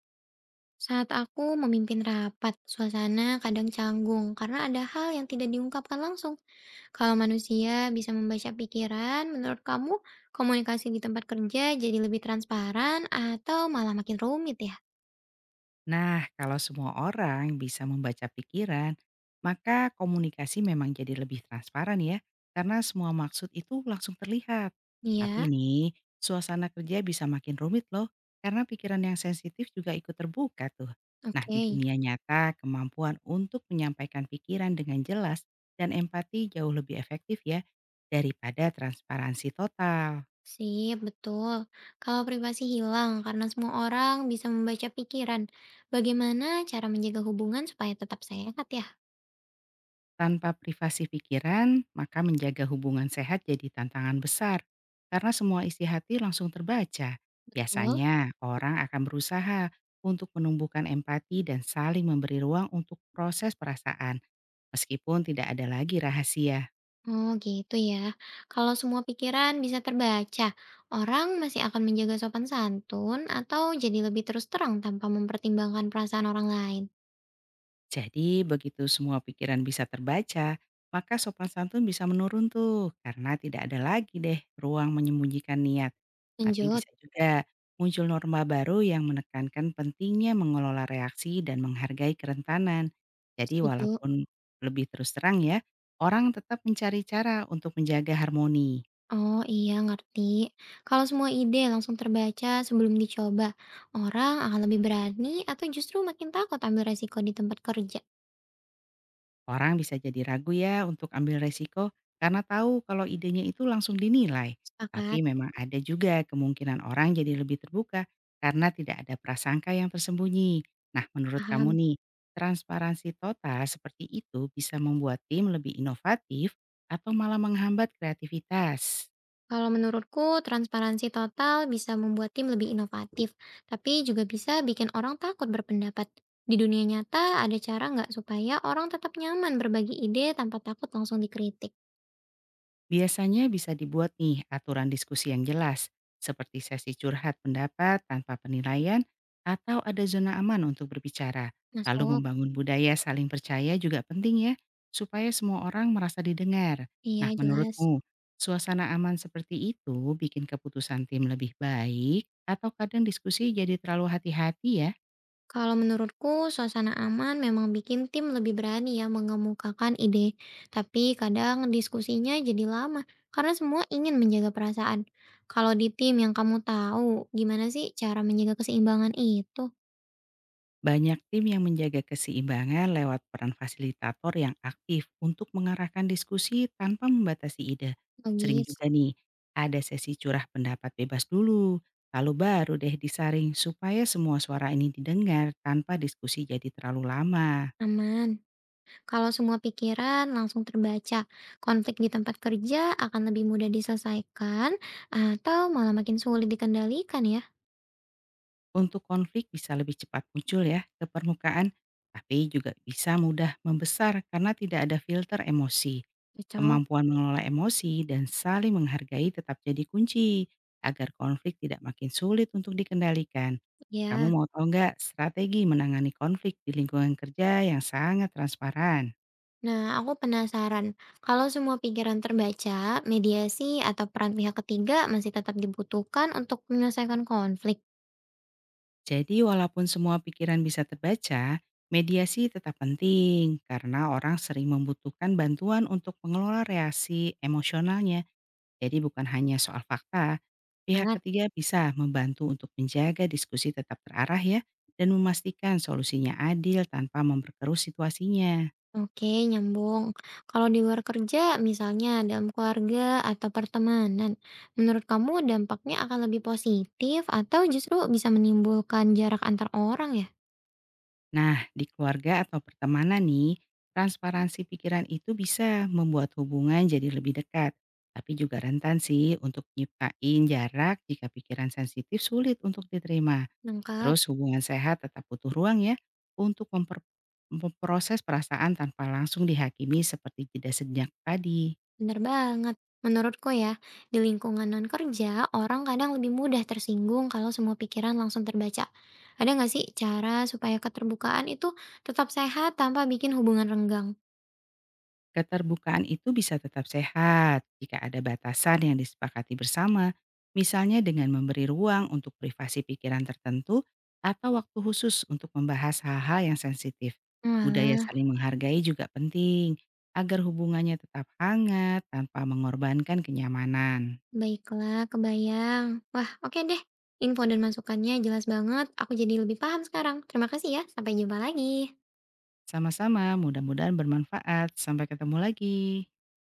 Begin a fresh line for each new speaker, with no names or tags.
Saat aku memimpin rapat, suasana kadang canggung karena ada hal yang tidak diungkapkan langsung. Kalau manusia bisa membaca pikiran, menurut kamu komunikasi di tempat kerja jadi lebih transparan atau malah makin rumit ya?
Nah, kalau semua orang bisa membaca pikiran, maka komunikasi memang jadi lebih transparan ya, karena semua maksud itu langsung terlihat. Tapi
Iya,
nih, suasana kerja bisa makin rumit loh, karena pikiran yang sensitif juga ikut terbuka tuh. Nah, di
oke.
dunia nyata, kemampuan untuk menyampaikan pikiran dengan jelas dan empati jauh lebih efektif ya, daripada transparansi total.
Sip, betul. Kalau privasi hilang karena semua orang bisa membaca pikiran, bagaimana cara menjaga hubungan supaya tetap sehat ya?
Tanpa privasi pikiran, maka menjaga hubungan sehat jadi tantangan besar. Karena semua isi hati langsung terbaca.
Betul.
Biasanya, orang akan berusaha untuk menumbuhkan empati dan saling memberi ruang untuk proses perasaan, meskipun tidak ada lagi rahasia.
Oh gitu ya. Kalau semua pikiran bisa terbaca, orang masih akan menjaga sopan santun atau jadi lebih terus terang tanpa mempertimbangkan perasaan orang lain.
Jadi begitu semua pikiran bisa terbaca, maka sopan santun bisa menurun tuh karena tidak ada lagi deh ruang menyembunyikan niat. Tapi
Lanjut.
bisa juga muncul norma baru yang menekankan pentingnya mengelola reaksi dan menghargai kerentanan. Jadi
Setuju.
walaupun lebih terus terang ya, orang tetap mencari cara untuk menjaga harmoni.
Oh iya ngerti. Kalau semua ide langsung terbaca sebelum dicoba, orang akan lebih berani atau justru makin takut ambil resiko di tempat kerja.
Orang bisa jadi ragu ya untuk ambil resiko karena tahu kalau idenya itu langsung dinilai.
Sepakat.
Tapi memang ada juga kemungkinan orang jadi lebih terbuka karena tidak ada prasangka yang tersembunyi. Nah, menurut kamu
Paham.
nih, transparansi total seperti itu bisa membuat tim lebih inovatif atau malah menghambat kreativitas?
Kalau menurutku, transparansi total bisa membuat tim lebih inovatif, tapi juga bisa bikin orang takut berpendapat. Di dunia nyata, ada cara nggak supaya orang tetap nyaman berbagi ide tanpa takut langsung dikritik?
Biasanya bisa dibuat nih aturan diskusi yang jelas, seperti sesi curhat pendapat tanpa penilaian atau ada zona aman untuk berbicara. Lalu
Masuk?
membangun budaya saling percaya juga penting ya, supaya semua orang merasa didengar. Nah
Iya, jelas.
menurutmu, suasana aman seperti itu bikin keputusan tim lebih baik atau kadang diskusi jadi terlalu hati-hati ya?
Kalau menurutku, suasana aman memang bikin tim lebih berani ya mengemukakan ide. Tapi kadang diskusinya jadi lama, karena semua ingin menjaga perasaan. Kalau di tim yang kamu tahu, gimana sih cara menjaga keseimbangan itu?
Banyak tim yang menjaga keseimbangan lewat peran fasilitator yang aktif untuk mengarahkan diskusi tanpa membatasi ide. Sering
Logis.
juga nih, ada sesi curah pendapat bebas dulu, lalu baru deh disaring supaya semua suara ini didengar tanpa diskusi jadi terlalu lama.
Aman. Kalau semua pikiran langsung terbaca, konflik di tempat kerja akan lebih mudah diselesaikan atau malah makin sulit dikendalikan ya.
Untuk konflik bisa lebih cepat muncul ya ke permukaan, tapi juga bisa mudah membesar karena tidak ada filter emosi.
Cocok.
Kemampuan mengelola emosi dan saling menghargai tetap jadi kunci agar konflik tidak makin sulit untuk dikendalikan. Kamu
Ya.
mau tahu nggak strategi menangani konflik di lingkungan kerja yang sangat transparan?
Nah, aku penasaran. Kalau semua pikiran terbaca, mediasi atau peran pihak ketiga masih tetap dibutuhkan untuk menyelesaikan konflik.
Jadi walaupun semua pikiran bisa terbaca, mediasi tetap penting karena orang sering membutuhkan bantuan untuk mengelola reaksi emosionalnya. Jadi bukan hanya soal fakta, pihak ketiga bisa membantu untuk menjaga diskusi tetap terarah ya dan memastikan solusinya adil tanpa memperkeruh situasinya.
Oke, nyambung. Kalau di luar kerja, misalnya dalam keluarga atau pertemanan, menurut kamu dampaknya akan lebih positif atau justru bisa menimbulkan jarak antar orang ya?
Nah, di keluarga atau pertemanan nih, transparansi pikiran itu bisa membuat hubungan jadi lebih dekat. Tapi juga rentan sih untuk nyiptain jarak jika pikiran sensitif sulit untuk diterima.
Lengkap,
Terus hubungan sehat tetap butuh ruang ya untuk memproses perasaan tanpa langsung dihakimi seperti jeda sejenak tadi.
bener banget. Menurutku ya, di lingkungan non-kerja, orang kadang lebih mudah tersinggung kalau semua pikiran langsung terbaca. Ada nggak sih cara supaya keterbukaan itu tetap sehat tanpa bikin hubungan renggang?
Keterbukaan itu bisa tetap sehat jika ada batasan yang disepakati bersama, misalnya dengan memberi ruang untuk privasi pikiran tertentu atau waktu khusus untuk membahas hal-hal yang sensitif. Budaya
Walah.
saling menghargai juga penting agar hubungannya tetap hangat tanpa mengorbankan kenyamanan.
Baiklah, kebayang. Wah, oke deh. Info dan masukannya jelas banget. Aku jadi lebih paham sekarang. Terima kasih ya. Sampai jumpa lagi.
Sama-sama, mudah-mudahan bermanfaat. Sampai ketemu lagi.